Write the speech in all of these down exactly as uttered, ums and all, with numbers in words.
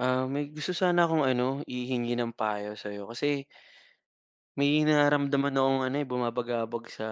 Ah, may gusto sana akong ano, ihingi ng payo sa'yo kasi may nararamdaman akong ano, eh, bumabagabag sa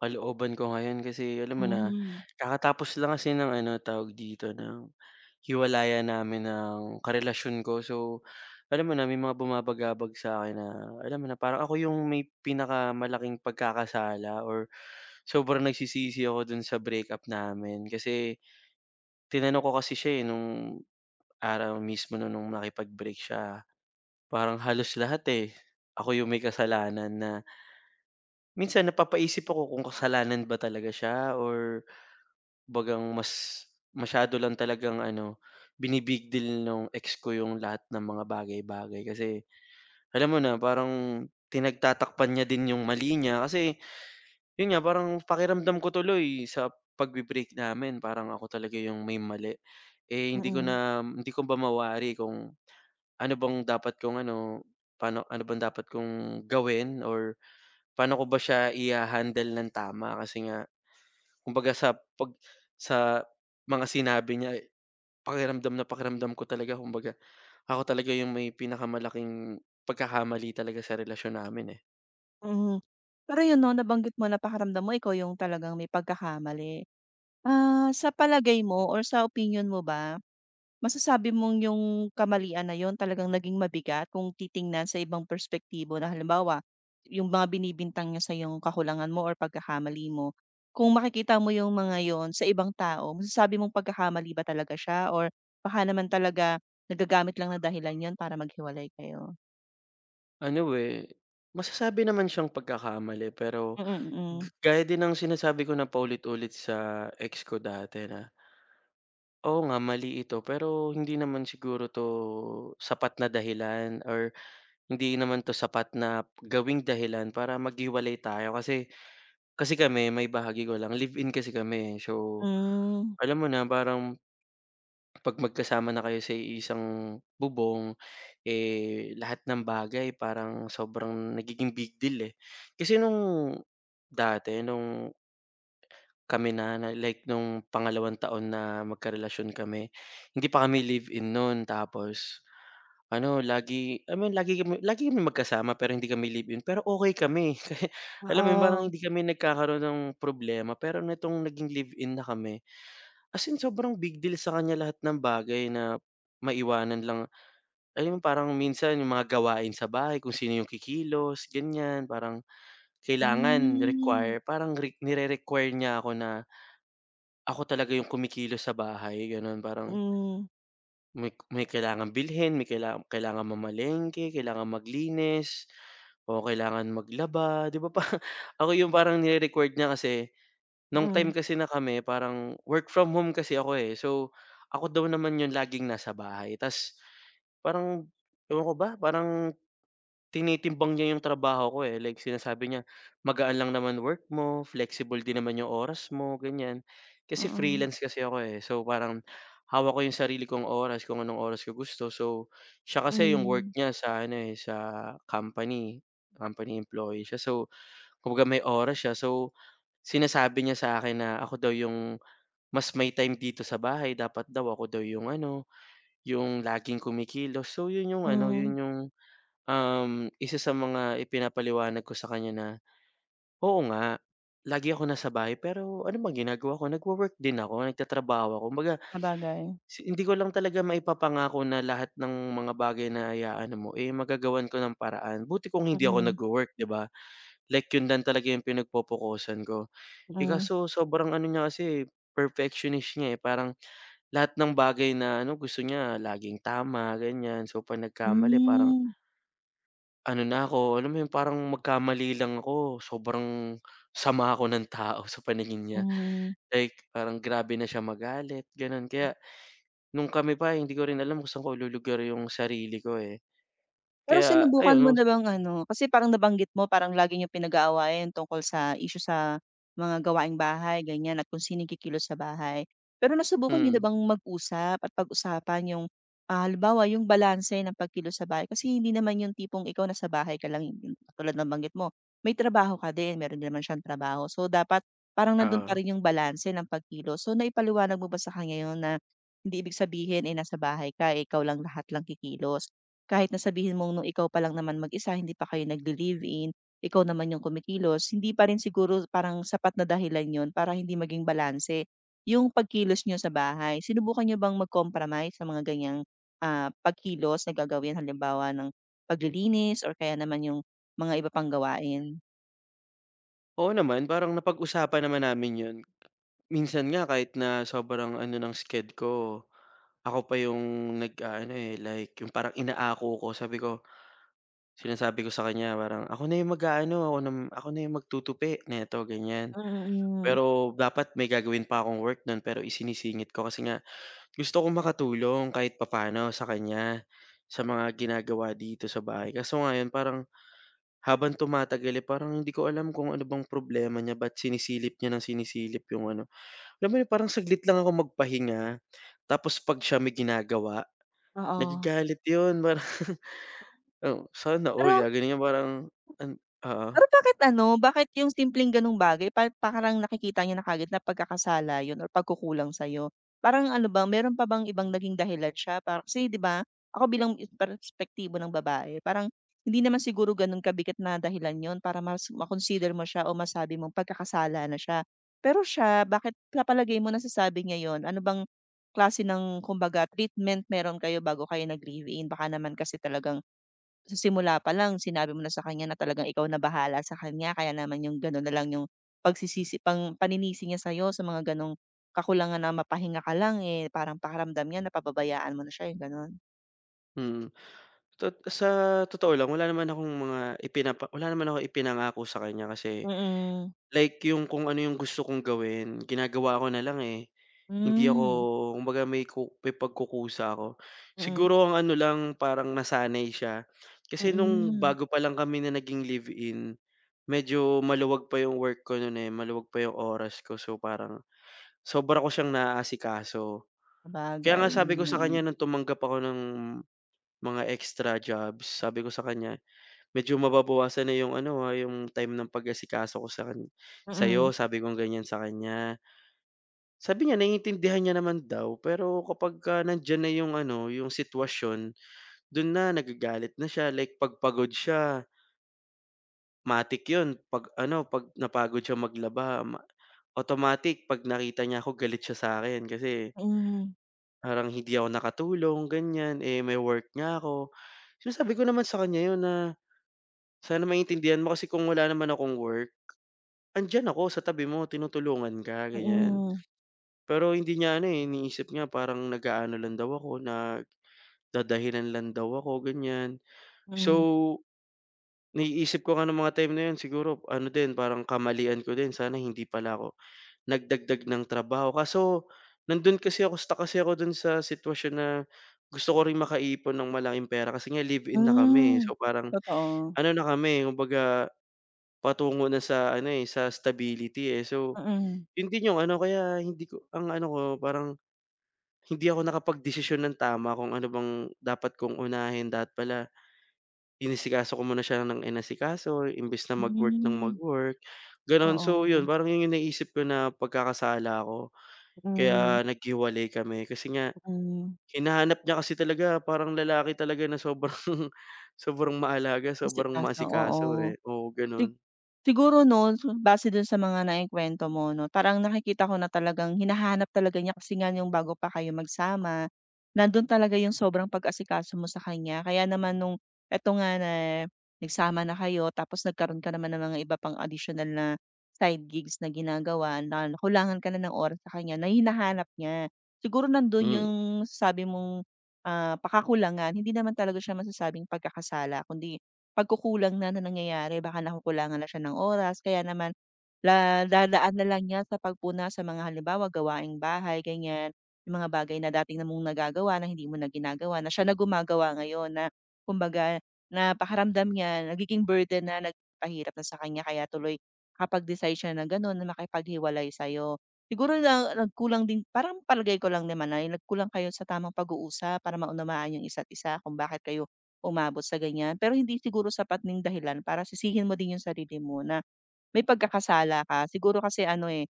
kalooban ko ngayon kasi alam mo na, Mhm, kakatapos lang kasi ng ano, tawag dito, ng hiwalayan namin ng karelasyon ko. So, alam mo na, may mga bumabagabag sa'kin na alam mo na, parang ako yung may pinakamalaking pagkakasala or sobrang nagsisisi ako dun sa breakup namin. Kasi tinanong ko kasi siya, eh, nung araw mismo na nung nakipag-break siya. Parang halos lahat, eh. Ako yung may kasalanan, na minsan napapaisip ako kung kasalanan ba talaga siya or bagang mas masyado lang talagang ano, bini-big deal nung ex ko yung lahat ng mga bagay-bagay. Kasi alam mo na, parang tinagtatakpan niya din yung mali niya. Kasi yun nga, parang pakiramdam ko tuloy sa pagbe-break namin, parang ako talaga yung may mali. Eh, hindi ko mm, na hindi ko ba mawari kung Ano bang dapat kong ano, paano ano bang dapat kong gawin or paano ko ba siya iha-handle ng tama, kasi nga kumbaga sa pag sa mga sinabi niya, eh, pakiramdam na pakiramdam ko talaga, kumbaga ako talaga yung may pinakamalaking pagkakamali talaga sa relasyon namin, eh. mm. Pero yun 'no, nabanggit mo na pakiramdam mo ikaw yung talagang may pagkakamali. Ah, sa palagay mo or sa opinyon mo ba, masasabi mong yung kamalian na yun talagang naging mabigat kung titingnan sa ibang perspektibo na halimbawa, yung mga binibintang niya sa'yong kakulangan mo or pagkakamali mo, kung makikita mo yung mga yun sa ibang tao, masasabi mong pagkakamali ba talaga siya or baka naman talaga nagagamit lang na dahilan yun para maghiwalay kayo? Ano, eh, masasabi naman siyang pagkakamali pero Mm, g- mm. gaya din ng sinasabi ko na paulit-ulit sa ex ko dati na, "Oo nga, mali ito pero hindi naman siguro 'to sapat na dahilan, or hindi naman 'to sapat na gawing dahilan para maghiwalay tayo." Kasi kasi kami, maibahagi ko lang, live-in kasi kami, eh. So, Hmm. alam mo na, parang 'pag magkasama na kayo sa isang bubong, eh, lahat ng bagay parang sobrang nagiging big deal, eh. Kasi nung dati, nung kami na na like nung pangalawang taon na magkarelasyon kami, hindi pa kami live-in noon. Tapos Ano lagi I mean lagi kami lagi kami magkasama pero hindi kami live-in, pero okay kami. Kasi alam mo yun, parang Oo. hindi kami nagkakaroon ng problema, pero nitong naging live-in na kami, as in sobrang big deal sa kanya lahat ng bagay. Na maiwanan lang, alam mo, parang minsan yung mga gawain sa bahay, kung sino yung kikilos ganyan, parang kailangan require, Hmm. parang re nire-require niya ako na ako talaga yung kumikilos sa bahay, gano'n, parang Mm. May may kailangang bilhin, may kaila kailangan mamalengke, kailangan maglinis, o kailangan maglaba, 'di ba pa? Ako yung parang nire-required niya, kasi nung time Mm. kasi na kami parang work from home kasi ako, eh. So, ako daw naman yung laging nasa bahay, ta's parang ewan ko ba, parang tinitimbang niya yung trabaho ko, eh, like sinasabi niya, "Magaan lang naman work mo, flexible din naman yung oras mo," ganyan. Kasi Mm. freelance kasi ako, eh, so parang hawak ko yung sarili kong oras, kung anong oras ko gusto. So, siya kasi yung Hmm. work niya sa ano, eh, sa company, company employee siya. So, kumbaga may oras siya. So, sinasabi niya sa akin na ako daw yung mas may time dito sa bahay, dapat daw ako daw yung ano, yung laging kumikilos. So, yun yung ano, yun Hmm. yung Um, isa sa mga ipinapaliwanag ko sa kanya na, "Oo nga, lagi ako nasa bahay pero ano bang ginagawa ko, nagwo-work din ako, nagtatrabaho ako, kumbaga Sabagay. si hindi ko lang talaga maipapangako na lahat ng mga bagay na iaano mo, eh, magagawan ko ng paraan, buti kung hindi ako Mm. nagwo-work, 'di ba?" Like yun lang talaga yung pinagpopokusan ko. Eh, Mm. kaso sobrang ano niya, kasi perfectionist niya, eh, parang lahat ng bagay na ano, gusto niya laging tama ganyan, so 'pag nagkamali parang Hmm. ano na ako, alam mo 'yun, parang magkamali lang ako sobrang sama ako ng tao sa paningin niya. Hmm. Like parang grabe na siya magalit, gano'n. Kaya nung kami pa, hindi ko rin alam kung saan ko ilulugar yung sarili ko, eh. Pero Kaya sinubukan ayun mo nos na bang ano, kasi parang nabanggit mo parang lagi niyong pinag-aawayan tungkol sa issue sa mga gawaing bahay ganyan at kung sino yung kikilos sa bahay. Pero nasubukan niyo na mm, bang mag-usap at pag-usapan yung, ah, halimbawa yung balanse ng pagkilos sa bahay? Kasi hindi naman yung tipong ikaw nasa bahay ka lang, yung katulad ng banggit mo, may trabaho ka din, meron din naman siyang trabaho. So dapat parang nandun pa oo. rin yung balanse ng pagkilos. So naipaliwanag mo ba sa kanya yun na hindi ibig sabihin, eh, nasa bahay ka, eh, ikaw lang lahat lang kikilos. Kahit na sabihin mong nung ikaw pa lang naman mag-isa hindi pa kayo nagle-live-in, ikaw naman yung kumikilos, hindi pa rin siguro parang sapat na dahilan yun para hindi maging balanse yung pagkilos niyo sa bahay. Sinubukan niyo bang mag-compromise sa mga ganyang ah, pagkilos na gagawin? Halimbawa ng paglilinis or kaya naman yung mga iba pang gawain? Oo naman, parang napag-usapan naman namin 'yun. Minsan nga kahit na sobrang ano ng sked ko, ako pa yung nag ah, ano, eh, like yung parang inaako ko, sabi ko sinasabi ko sa kanya parang, "Ako na yung mag ano ako na ako na yung magtutupi nito," ganyan. Mm, mm, mm. Pero dapat may gagawin pa akong work nun, pero isinisingit ko kasi nga gusto kong makatulong kahit papaano sa kanya, sa mga ginagawa dito sa bahay. Kaso ngayon parang habang tumatagal, eh, parang hindi ko alam kung ano bang problema niya, ba't sinisilip niya ng sinisilip yung ano, alam mo yun, parang saglit lang ako magpahinga, tapos 'pag siya may ginagawa, Oo. nagagalit, yun parang, oh, sana all Pero gagawin niya, parang an oo, Pero bakit ano, bakit yung simpleng gano'ng bagay pa parang nakikita niyo na kaagad na pagkakasala yun or pagkukulang sa'yo? Parang ano ba, meron pa bang ibang naging dahilan siya para kasi 'di ba, ako bilang is perspektibo ng babae parang hindi naman siguro gano'n kabigat na dahilan yun para mas ma-consider mo siya o masabi mong pagkakasala na siya. Pero siya, bakit sa palagay mo nasasabi niya yun? Ano bang klase ng kumbaga treatment meron kayo bago kayo nag-live-in? Baka naman kasi talagang sa simula pa lang sinabi mo na sa kanya na talagang ikaw na bahala sa kanya kaya naman yung gano'n na lang yung pagsisisi pang paninisi niya sa'yo sa mga gano'ng kakulangan na mapahinga ka lang, eh, parang pakiramdam niya napababayaan mo na siya, yung gano'n? mm. Tot sa Totoo lang, wala naman akong mga ipinapa wala naman ako ipinangako sa kanya, kasi Mm. like yung kung ano yung gusto kong gawin, ginagawa ko na lang, eh. Hindi ako, Hmm, kumbaga, may ku may pagkukusa ako. mm, Siguro ang ano lang, parang nasanay siya kasi nung mm. bago pa lang kami na naging live-in, medyo maluwag pa yung work ko nun, eh, maluwag pa yung oras ko, so parang sobra ko siyang naaasikaso. Kaya nga Sabagay, yun sabi ko nga, sa kanya eh. nung tumanggap ako ng mga extra jobs, sabi ko sa kanya, "Medyo mababawasan na yung ano, ah, yung time ng pag-asikaso ko sa kan Mm, sa'yo," sabi kong ganyan sa kanya. Sabi niya naiintindihan niya naman daw, pero kapagka nandiyan na yung ano, yung sitwasyon, dun na nagagalit na siya, like 'pag pagod siya, matic yun 'pag ano, 'pag napagod siya maglaba ma automatic 'pag nakita niya ako, galit siya sa'kin kasi mm, parang hindi ako nakatulong ganyan, eh, may work nga ako. Sinasabi ko naman sa kanya yun na, "Sana maintindihan mo, kasi kung wala naman akong work, andiyan ako sa tabi mo, tinutulungan ka, ganyan." mm, Pero hindi niya ano, eh, iniisip niya parang nag-aano lang daw ako, nagdadahilan lang daw ako, ganyan. So, mm. naiisip ko nga nung mga time na 'yun, siguro ano din, parang kamalian ko din, sana hindi pala ako nagdagdag ng trabaho. Kaso nandun kasi ako, stuck kasi ako do'n sa sitwasyon na gusto ko rin makaipon ng malaking pera, kasi nga live-in na kami, eh. Hmm, So, parang totoo. ano na kami, kumbaga patungo na sa ano, eh, sa stability, eh. So, Mm, yun din yung ano, kaya hindi ko ang ano ko, parang hindi ako nakapagdesisyon ng tama kung ano bang dapat kong unahin. Dapat pala inasikaso ko muna siya ng inasikaso imbes na mag-work ng hmm, mag-work, gano'n. So yun, oo, parang yun yung naisip ko na pagkakasala ko, mm, kaya naghiwalay kami. Kasi nga mm. hinahanap niya kasi talaga, parang lalaki talaga na sobrang sobrang maalaga, sobrang Asikaso, masikaso, oo. eh. Oo, Sig gano'n. Siguro 'no, so base dun sa mga naikwento mo 'no, parang nakikita ko na talagang hinahanap talaga niya kasi nga yung bago pa kayo magsama, nandun talaga yung sobrang pag-asikaso mo sa kanya. Kaya naman nung eto nga na nagsama na kayo tapos nagkaroon ka naman ng mga iba pang additional na side gigs na ginagawa na kulangan ka na ng oras sa kanya na hinahanap niya. Siguro nandun Hmm, yung sabi mong, ah, pakakulangan, hindi naman talaga siya masasabing pagkakasala kundi pagkukulang na na nangyayari, baka nakukulangan na siya ng oras kaya naman la dadaan na lang niya sa pagpuna sa mga halimbawa gawaing bahay ganyan, yung mga bagay na dating na mong nagagawa na hindi mo na ginagawa na siya na gumagawa ngayon na kumbaga napakiramdam niya nagiging burden na nagpahirap na sa kanya kaya tuloy kapag decide siya na gano'n na makipaghiwalay sa'yo. Siguro na nagkulang din parang palagay ko lang naman ay nagkulang kayo sa tamang pag-uusap para maunawaan yung isa't isa kung bakit kayo umabot sa ganyan. Pero hindi siguro sapat na dahilan para sisihin mo din yung sarili mo na may pagkakasala ka. Siguro kasi ano, eh,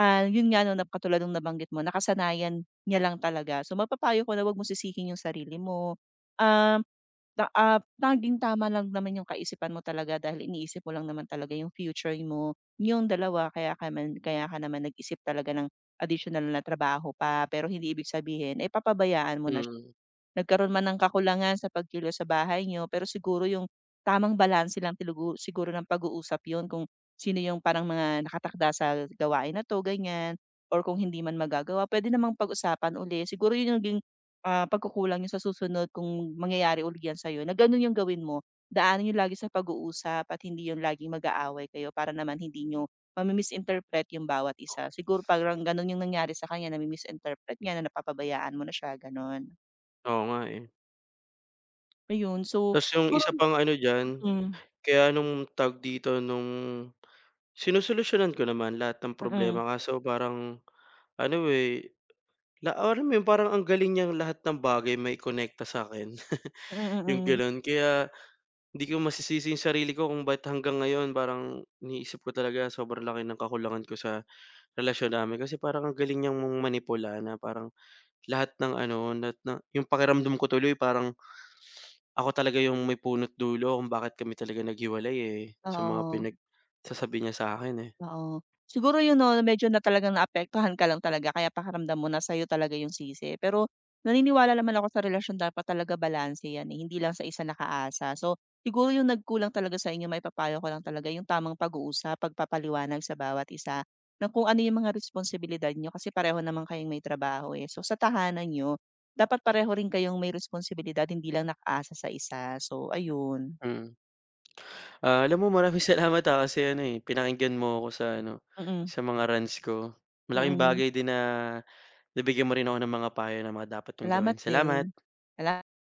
ah, yun nga 'no, na katulad nung nabanggit mo, nakasanayan niya lang talaga. So, mapapayo ko na 'wag mo sisihin yung sarili mo. Um, ta ah, tanging tama lang naman yung kaisipan mo talaga dahil iniisip mo lang naman talaga yung future mo, yung dalawa. Kaya ka man kaya ka naman nag-isip talaga ng additional na trabaho pa. Pero hindi ibig sabihin, eh, papabayaan mo na mm. nagkaroon man ng kakulangan sa pagkilos sa bahay niyo, pero siguro yung tamang balanse lang tilugu siguro ng pag-uusap yun kung sino yung parang mga nakatakda sa gawain na 'to, ganyan, or kung hindi man magagawa pwede namang pag-usapan uli. Siguro yun yung naging, ah, pagkukulang niyo sa susunod kung mangyayari uli yan sa'yo na gano'n yung gawin mo. Daanan niyo lagi sa pag-uusap at hindi yung laging mag-aaway kayo para naman hindi niyo mami yung bawat isa. Siguro parang gano'n yung nangyari sa kanya, nami-misinterpret niya na napapabayaan mo na siya, gano'n. Oo nga, eh. Ayun, so Ta's yung siguro isa pang ano diyan, mm, kaya nung tawag dito, nung sinusolusyunan ko naman lahat ng mm, problema, kaso parang ano, eh, la alam mo yun, parang ang galing niyang lahat ng bagay maikonekta sa'kin, mm, yung mm. gano'n. Kaya hindi ko masisisi yung sarili ko kung ba't hanggang ngayon parang iniisip ko talaga sobrang laki ng kakulangan ko sa relasyon namin. Kasi parang ang galing niyang manipula, na parang lahat ng ano, lahat ng, yung pakiramdam ko tuloy parang ako talaga yung may puno't dulo kung bakit kami talaga naghiwalay, eh, sa mga Oo. pinagsasabi niya sa'kin, eh. Oo. Siguro yun 'no, medyo na talagang naapektuhan ka lang talaga kaya pakiramdam mo na sa'yo talaga yung sisi. Pero naniniwala naman ako sa relasyon dapat talaga balanse yan, eh, hindi lang sa isa nakaasa. So, siguro yung nagkulang talaga sa inyo may papayo ko lang talaga yung tamang pag-uusap, pagpapaliwanag sa bawat isa na kung ano yung mga responsibilidad nyo, kasi pareho naman kayong may trabaho, eh. So, sa tahanan niyo, dapat pareho rin kayong may responsibilidad, hindi lang nakaasa sa isa. So ayun. Mm. Ah, alam mo, maraming salamat, ah, kasi ano, eh, pinakinggan mo ako sa ano, Mm, sa mga rants ko. Malaking mm. bagay din na nabigyan mo rin ako ng mga payo na mga dapat kong gawin. Salamat din. Salamat. Sala